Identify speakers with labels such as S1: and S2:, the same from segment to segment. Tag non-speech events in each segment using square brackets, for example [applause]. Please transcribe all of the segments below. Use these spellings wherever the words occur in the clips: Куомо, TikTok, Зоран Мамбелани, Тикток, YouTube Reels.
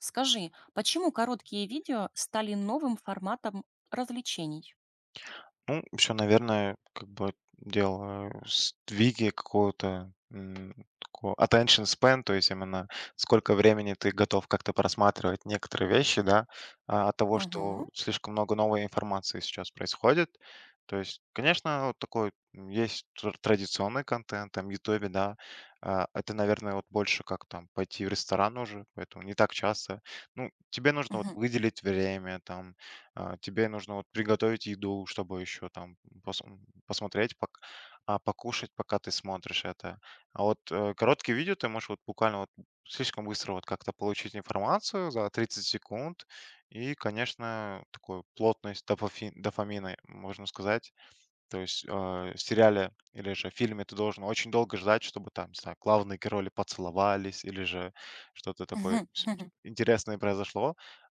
S1: Скажи, почему короткие видео стали новым форматом развлечений?
S2: Ну, еще, наверное, как бы дело с двиги какого-то такого attention span, то есть именно сколько времени ты готов как-то просматривать некоторые вещи, да, от того, что
S1: Мгм.
S2: слишком много новой информации сейчас происходит. То есть, конечно, вот такой есть традиционный контент, там, Ютубе, да, это, наверное, вот больше как там пойти в ресторан уже, поэтому не так часто. Ну, тебе нужно вот
S1: Мгм.
S2: выделить время, там, тебе нужно вот приготовить еду, чтобы еще там посмотреть, покушать, пока ты смотришь это. А вот короткие видео ты можешь вот буквально вот слишком быстро вот как-то получить информацию за 30 секунд. И, конечно, такую плотность дофамина, можно сказать, то есть, в сериале или же в фильме ты должен очень долго ждать, чтобы там, не знаю, главные герои поцеловались или же что-то такое
S1: Мгм. Мгм.
S2: интересное произошло.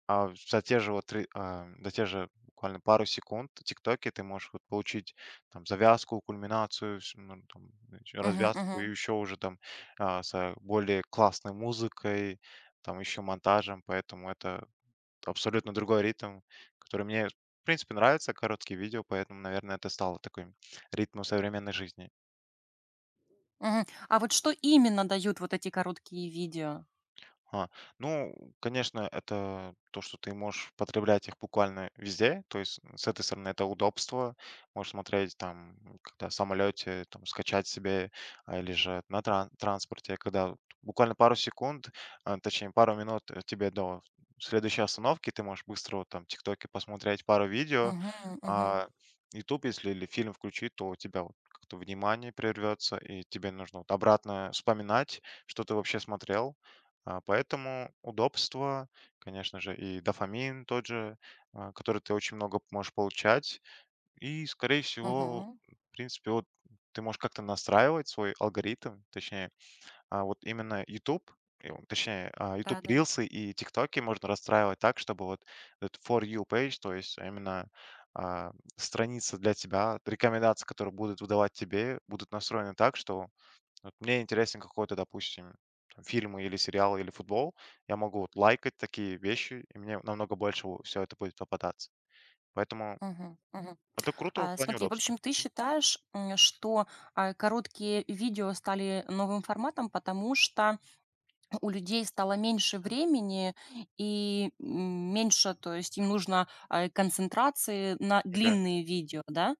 S2: А за те же вот за те же буквально пару секунд в ТикТоке ты можешь вот получить там завязку, кульминацию, ну, там, ещё
S1: Мгм.
S2: развязку и
S1: Мгм.
S2: еще уже там более классной музыкой, там еще монтажем, поэтому это абсолютно другой ритм, который мне, в принципе, нравится, короткие видео, поэтому, наверное, это стало таким ритмом современной жизни.
S1: Мгм. А вот что именно дают вот эти короткие видео?
S2: Ага. Ну, конечно, это то, что ты можешь потреблять их буквально везде. То есть, с этой стороны, это удобство. Можешь смотреть там, когда в самолете, там, скачать себе, или же на транспорте, когда вот буквально пару секунд, точнее, пару минут тебе до следующей остановки, ты можешь быстро вот там в ТикТоке посмотреть пару видео,
S1: Мгм. Мгм.
S2: а YouTube, если или фильм включить, то у тебя вот как-то внимание прервется, и тебе нужно вот обратно вспоминать, что ты вообще смотрел. Поэтому удобство, конечно же, и дофамин тот же, который ты очень много можешь получать. И, скорее всего,
S1: Мгм.
S2: в принципе, вот ты можешь как-то настраивать свой алгоритм, точнее, вот именно YouTube, и YouTube
S1: Да-да.
S2: Reels и TikTok можно расстраивать так, чтобы вот этот For You page, то есть именно а, страница для тебя, рекомендации, которые будут выдавать тебе, будут настроены так, что вот мне интересен какой-то, допустим, там, фильм или сериал или футбол, я могу вот лайкать такие вещи, и мне намного больше все это будет попадаться. Поэтому
S1: Мгм. Мгм.
S2: это круто в плане
S1: Смотри, в
S2: удобства.
S1: общем, ты считаешь, что короткие видео стали новым форматом, потому что у людей стало меньше
S2: Мгм.
S1: времени и, меньше, то есть им нужно концентрации на
S2: Окей.
S1: длинные видео, да?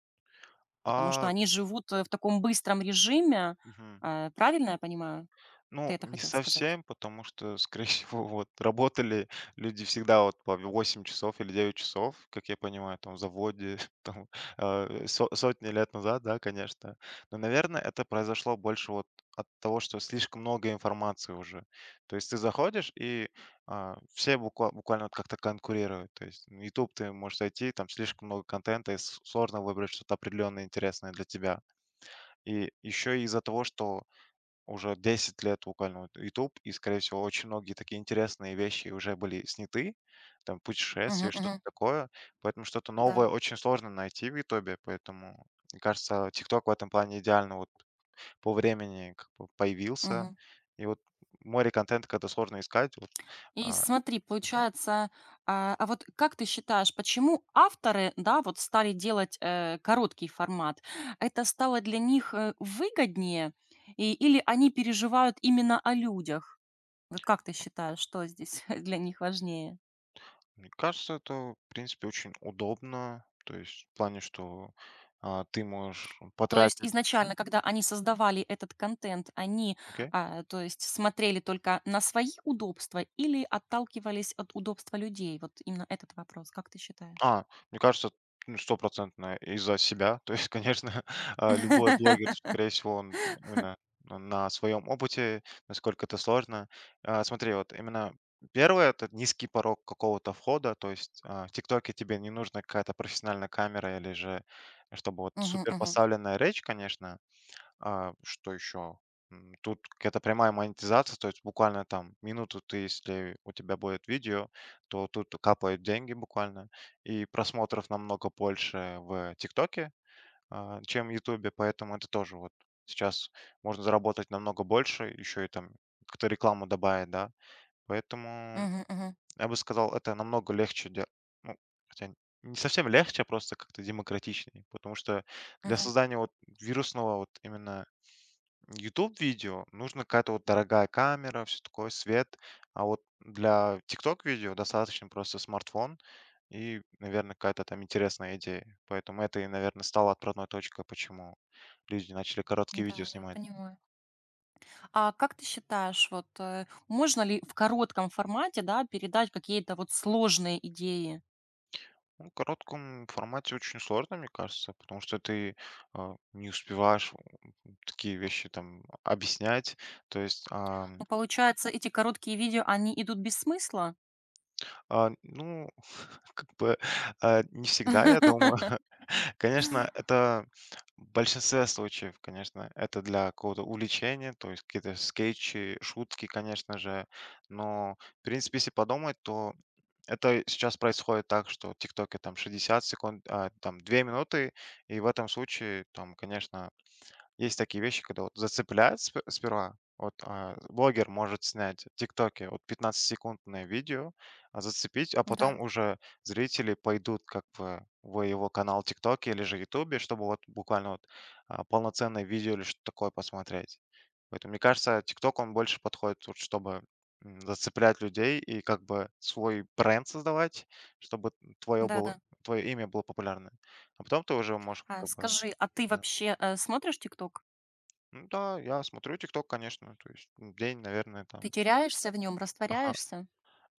S1: Потому что
S2: А,
S1: они живут в таком быстром режиме.
S2: мгм.
S1: Правильно я понимаю?
S2: Ну,
S1: Ты это
S2: не
S1: хотел сказать?
S2: совсем, потому что, [laughs] скорее всего, вот работали люди всегда вот по 8 часов или 9 часов, как я понимаю, там в заводе, [laughs] там сотни лет назад, да, конечно. Но, наверное, это произошло больше вот от того, что слишком много информации уже. То есть ты заходишь, и все буквально вот как-то конкурируют. То есть на YouTube ты можешь зайти, там слишком много контента, и сложно выбрать что-то определенное интересное для тебя. И еще из-за того, что уже 10 лет буквально вот YouTube и, скорее всего, очень многие такие интересные вещи уже были сняты, там
S1: Мгм,
S2: путешествия, что-то
S1: мгм,
S2: такое. Поэтому что-то
S1: да.
S2: новое очень сложно найти в «Ютубе», поэтому, мне кажется, TikTok в этом плане идеально вот по времени как бы появился.
S1: Мгм.
S2: И вот море контента, когда сложно искать, вот,
S1: И
S2: а,
S1: смотри,
S2: мгм.
S1: получается, вот как ты считаешь, почему авторы, да, вот стали делать короткий формат? Это стало для них выгоднее. Или они переживают именно о людях? Вот как ты считаешь, что здесь [laughs] для них важнее?
S2: Мне кажется, это, в принципе, очень удобно. То есть в плане, что, ты можешь
S1: То есть
S2: потратить. Мгм.
S1: изначально, когда они создавали этот контент, они,
S2: Окей.
S1: то есть смотрели только на свои удобства или отталкивались от удобства людей? Вот именно этот вопрос, как ты считаешь?
S2: А, мне кажется, ну, стопроцентно из-за себя. [laughs] То есть, конечно, [laughs] любой блогер,
S1: [laughs]
S2: скорее всего, он именно на своем опыте, насколько это сложно. Смотри, вот именно первое — это низкий порог какого-то входа. То есть, в «Тиктоке» тебе не нужна какая-то профессиональная камера или же, чтобы вот
S1: Мгм,
S2: супер
S1: мгм,
S2: поставленная речь, конечно. Что еще? Тут какая-то прямая монетизация, то есть буквально там минуту ты, если у тебя будет видео, то тут капают деньги буквально, и просмотров намного больше в ТикТоке, чем в Ютубе, поэтому это тоже вот сейчас можно заработать намного больше, еще и там кто рекламу добавит, да, поэтому
S1: мгм, мгм,
S2: я бы сказал, это намного легче, ну, хотя не совсем легче, а просто как-то демократичнее, потому что для
S1: мгм.
S2: создания вот вирусного вот именно YouTube видео нужна какая-то вот дорогая камера, все такое, свет. А вот для «ТикТок-видео» достаточно просто смартфон и, наверное, какая-то там интересная идея. Поэтому это и, наверное, стало отправной точкой, почему люди начали
S1: Да,
S2: короткие видео
S1: да,
S2: снимать.
S1: понимаю. А как ты считаешь, вот, можно ли в коротком формате, да, передать какие-то вот сложные идеи?
S2: Ну, в коротком формате очень сложно, мне кажется, потому что ты, не успеваешь такие вещи там объяснять. То есть. А,
S1: Ну, получается, эти короткие видео, они идут без смысла?
S2: Ну, [laughs] как бы, не всегда, я думаю. [laughs]
S1: [laughs]
S2: Конечно, это в большинстве случаев, конечно, это для какого-то увлечения, то есть какие-то скетчи, шутки, конечно же. Но, в принципе, если подумать, то это сейчас происходит так, что в ТикТоке там 60 секунд, там 2 минуты, и в этом случае там, конечно, есть такие вещи, когда вот зацепляет сперва. Вот блогер может снять в ТикТоке вот 15-секундное видео, зацепить, а
S1: Да.
S2: потом уже зрители пойдут как бы в его канал ТикТоке или же Ютубе, чтобы вот буквально вот полноценное видео или что-то такое посмотреть. Поэтому, мне кажется, ТикТок, он больше подходит, вот, чтобы зацеплять людей и как бы свой бренд создавать, чтобы твое было,
S1: Да-да.
S2: твое имя было популярное. А потом ты уже можешь
S1: А
S2: как бы...
S1: скажи, а ты
S2: Да.
S1: вообще, смотришь "Тикток"?
S2: Ну да, я смотрю «Тикток», конечно, то есть, день, наверное, там.
S1: Ты теряешься в нем,
S2: Ага.
S1: растворяешься?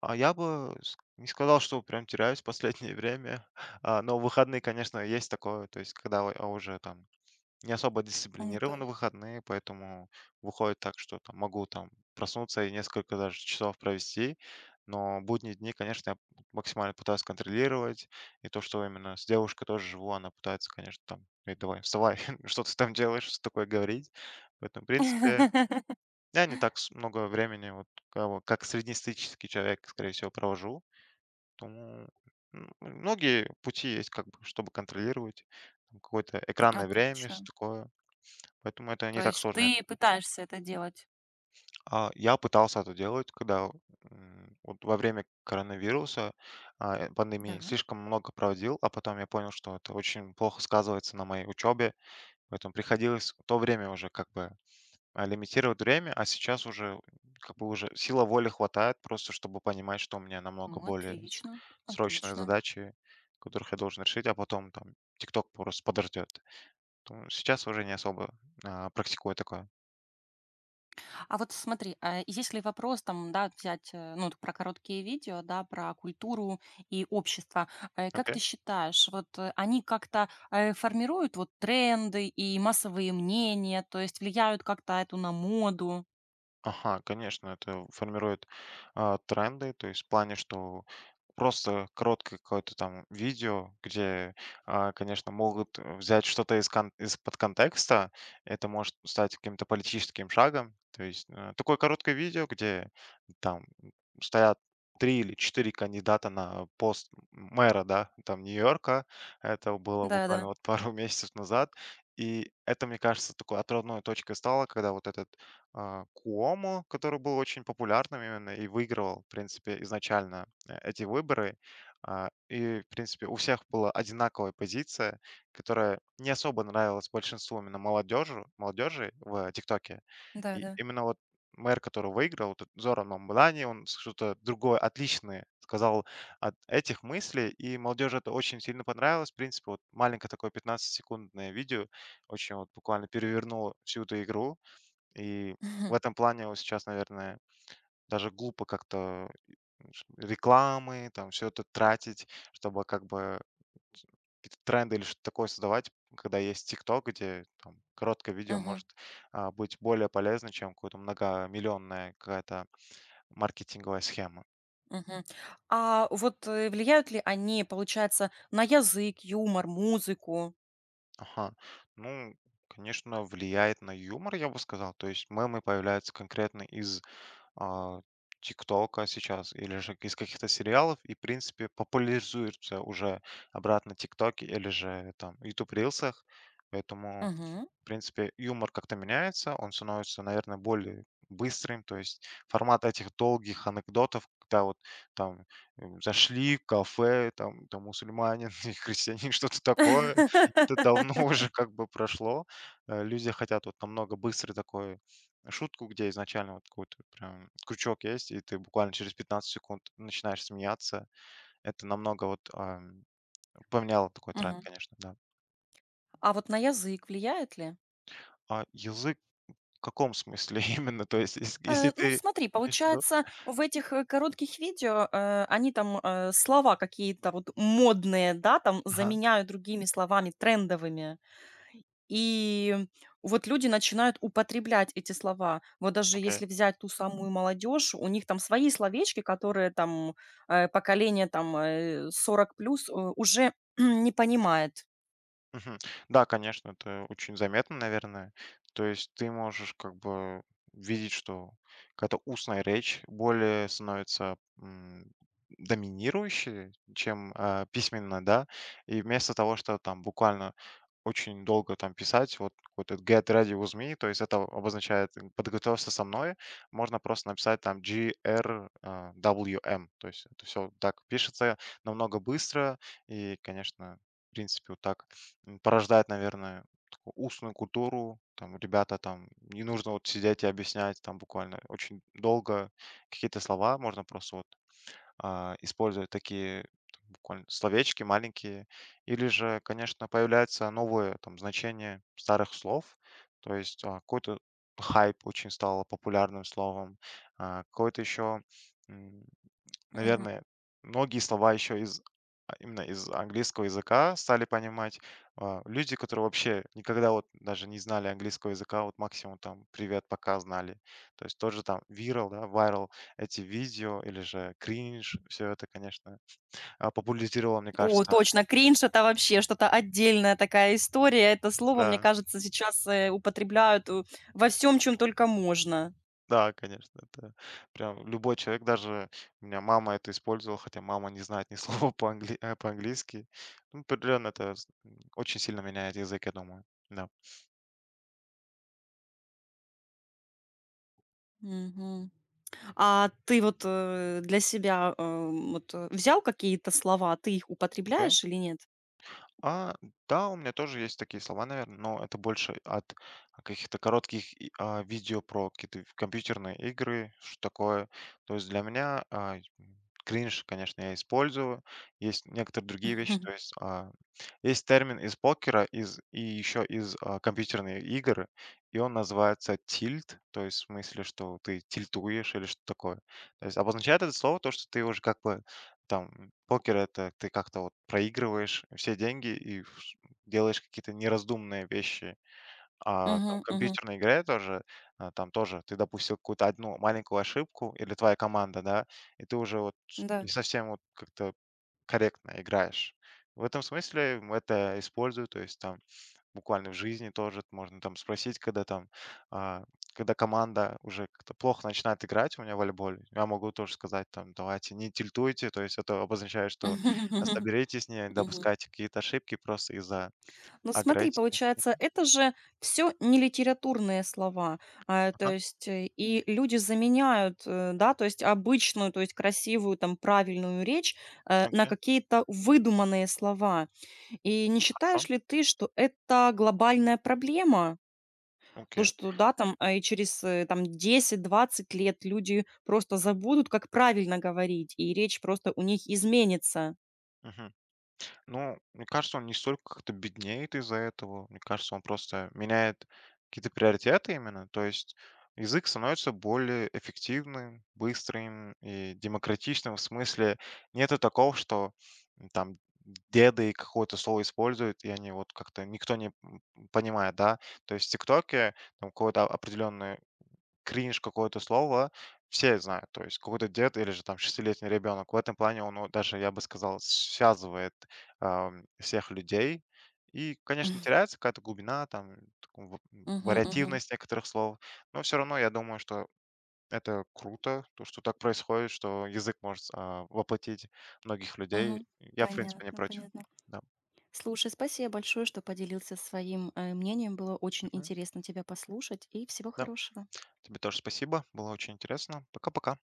S2: А я бы с не сказал, что прям теряюсь в последнее время, [laughs] но выходные, конечно, есть такое, то есть когда о уже там не особо
S1: Ну, то
S2: дисциплинированы
S1: есть
S2: выходные, поэтому выходит так, что там могу там проснуться и несколько даже часов провести. Но будние дни, конечно, я максимально пытаюсь контролировать. И то, что именно с девушкой тоже живу, она пытается, конечно, там: «Эй, давай, вставай, [laughs] что ты там делаешь?» что такое говорить. Поэтому, в принципе,
S1: [laughs]
S2: я не так с много времени, вот кого как среднестатистический человек, скорее всего, провожу. Поэтому, многие пути есть, как бы, чтобы контролировать там какое-то экранное время, что
S1: отлично.
S2: такое. Поэтому это
S1: То
S2: не так
S1: есть
S2: сложно. Я
S1: ты
S2: думаю.
S1: пытаешься это делать?
S2: Я пытался это делать, когда, вот во время коронавируса, пандемии,
S1: Да.
S2: слишком много проводил, а потом я понял, что это очень плохо сказывается на моей учебе, поэтому приходилось в то время уже как бы лимитировать время, а сейчас уже как бы уже сила воли хватает просто, чтобы понимать, что у меня намного более
S1: Отлично,
S2: срочные
S1: отлично.
S2: задачи, которых я должен решить, а потом там TikTok просто подождет. То сейчас уже не особо практикую такое.
S1: А вот смотри, а если вопрос там, да, взять, ну, вот про короткие видео, да, про культуру и общество, как ты считаешь, вот, они как-то, формируют вот тренды и массовые мнения, то есть влияют как-то эту на моду?
S2: Ага, конечно, это формирует, тренды. То есть в плане, что просто короткое какое-то там видео, где, конечно, могут взять что-то из кон из-под контекста. Это может стать каким-то политическим шагом. То есть, такое короткое видео, где там стоят 3 или 4 кандидата на пост мэра, да, там Нью-Йорка. Это было
S1: Да-да,
S2: буквально вот пару [laughs] месяцев назад. И это, мне кажется, такой отправной точкой стало, когда вот этот Куомо, который был очень популярным именно и выигрывал, в принципе, изначально эти выборы. И, в принципе, у всех была одинаковая позиция, которая не особо нравилась большинству именно молодежи, молодежи в ТикТоке. И
S1: да-да.
S2: именно вот мэр, который выиграл, этот Зоран Мамбелани, он что-то другое, отличное сказал от этих мыслей, и молодежи это очень сильно понравилось. В принципе, вот маленькое такое 15-секундное видео очень вот буквально перевернуло всю эту игру, и в
S1: Мгм,
S2: этом плане вот сейчас, наверное, даже глупо как-то рекламы, там все это тратить, чтобы как бы с- какие-то тренды или что-то такое создавать, когда есть TikTok, где там короткое видео
S1: мгм,
S2: может быть более полезно, чем какая-то многомиллионная какая-то маркетинговая схема.
S1: мгм. А вот, влияют ли они, получается, на язык, юмор, музыку?
S2: Ага. Ну, конечно, влияет на юмор, я бы сказал. То есть мемы появляются конкретно из а, «ТикТока» сейчас или же из каких-то сериалов, и, в принципе, популяризуется уже обратно «ТикТоке» или же там «Ютуб Рилсах». Поэтому,
S1: Мгм.
S2: в принципе, юмор как-то меняется, он становится, наверное, более быстрым, то есть формат этих долгих анекдотов, когда вот там зашли в кафе, там, там мусульманин [laughs] и христианин, что-то такое, это
S1: [laughs]
S2: давно [laughs] уже как бы прошло. Люди хотят вот намного быстрый такой шутку, где изначально вот какой-то прям крючок есть, и ты буквально через 15 секунд начинаешь смеяться. Это намного вот поменяло такой тренд,
S1: Мгм.
S2: конечно, да.
S1: А вот на язык влияет ли?
S2: А язык. В каком смысле [laughs] именно? То есть, если
S1: Э,
S2: ты
S1: ну, смотри,
S2: имеешь в виду.
S1: получается, в этих, коротких видео, они там, слова какие-то вот модные, да, там
S2: Ага,
S1: заменяют другими словами трендовыми. И вот люди начинают употреблять эти слова. Вот даже
S2: окей.
S1: если взять ту самую молодежь, у них там свои словечки, которые там, поколение там, 40 плюс, уже [clears throat] не понимает.
S2: Мгм. Да, конечно, это очень заметно, наверное. То есть ты можешь как бы видеть, что какая-то устная речь более становится доминирующей, чем письменная, да. И вместо того, что там буквально очень долго там писать, вот какой-то get ready with me, то есть это обозначает подготовься со мной, можно просто написать там G R W M, то есть это все так пишется намного быстро, и, конечно, в принципе, вот так порождает, наверное, такую устную культуру. Там ребята там не нужно вот сидеть и объяснять там буквально очень долго какие-то слова, можно просто вот использовать такие там буквально словечки маленькие. Или же, конечно, появляется новое там значение старых слов, то есть какой-то хайп очень стало популярным словом, какое-то еще.
S1: Мгм.
S2: Наверное, многие слова еще из именно из английского языка стали понимать. Люди, которые вообще никогда вот даже не знали английского языка, вот максимум там «привет, пока» знали. То есть тоже там viral, да, viral, эти видео или же кринж, все это, конечно, популяризировало, мне
S1: О,
S2: кажется.
S1: точно, кринж это вообще что-то отдельная такая история. Это слово, мне
S2: Да,
S1: кажется, сейчас употребляют во всем, чем только можно.
S2: да, конечно, это прям любой человек, даже у меня мама это использовала, хотя мама не знает ни [laughs] слова по-английски. Ну, определенно это очень сильно меняет язык, я думаю. Да.
S1: Мгм. А ты вот, для себя, вот, взял какие-то слова, ты их употребляешь или нет?
S2: А, да, у меня тоже есть такие слова, наверное, но это больше от каких-то коротких видео про какие-то компьютерные игры, что такое. То есть для меня кринж, конечно, я использую. Есть некоторые другие вещи, то
S1: [laughs]
S2: есть есть термин из покера и еще из компьютерной игры, и он называется тильт, то есть в смысле, что ты тильтуешь или что такое. То есть обозначает это слово то, что ты уже как бы там это ты как-то вот проигрываешь все деньги и вш делаешь какие-то неразумные вещи. А там
S1: Мгм, мгм.
S2: компьютерная игра тоже, там тоже ты допустил какую-то одну маленькую ошибку или твоя команда, да, и ты уже вот не
S1: Да.
S2: совсем вот как-то корректно играешь. В этом смысле, это использую, то есть там. Буквально в жизни тоже можно там спросить, когда там, а, когда команда уже как-то плохо начинает играть у меня в волейболе, я могу тоже сказать там: «Давайте не тильтуйте». То есть это обозначает, что
S1: [laughs]
S2: соберитесь, не
S1: Мгм.
S2: допускайте какие-то ошибки просто из-за
S1: Ну, смотри,
S2: агрессии.
S1: получается, это же все не литературные слова. А, то
S2: Ага,
S1: есть, и люди заменяют, да, то есть обычную, то есть красивую, там, правильную речь, на
S2: окей,
S1: какие-то выдуманные слова. И не
S2: хорошо,
S1: считаешь ли ты, что это глобальная проблема? То,
S2: окей.
S1: что, да, там, а, и через, там, 10-20 лет люди просто забудут, как правильно говорить, и речь просто у них изменится.
S2: Мгм. Ну, мне кажется, он не столько как-то беднеет из-за этого. Мне кажется, он просто меняет какие-то приоритеты именно. То есть язык становится более эффективным, быстрым и демократичным. В смысле, нету такого, что там деды какое-то слово используют, и они вот как-то никто не понимает, да. То есть в ТикТоке там какое-то определенное кринж какое-то слово, все знают, то есть какой-то дед или же там шестилетний ребенок. В этом плане он даже, я бы сказал, связывает всех людей. И, конечно,
S1: [laughs]
S2: теряется какая-то глубина, там, такую
S1: Мгм, мгм.
S2: вариативность некоторых слов. Но все равно я думаю, что это круто, то, что так происходит, что язык может воплотить многих людей.
S1: Мгм.
S2: Я, в принципе, не
S1: Понятно,
S2: против.
S1: понятно.
S2: Да.
S1: Слушай, спасибо большое, что поделился своим, мнением. Было очень
S2: Мгм.
S1: интересно тебя послушать. И всего
S2: Да.
S1: хорошего.
S2: Тебе тоже спасибо. Было очень интересно. Пока-пока.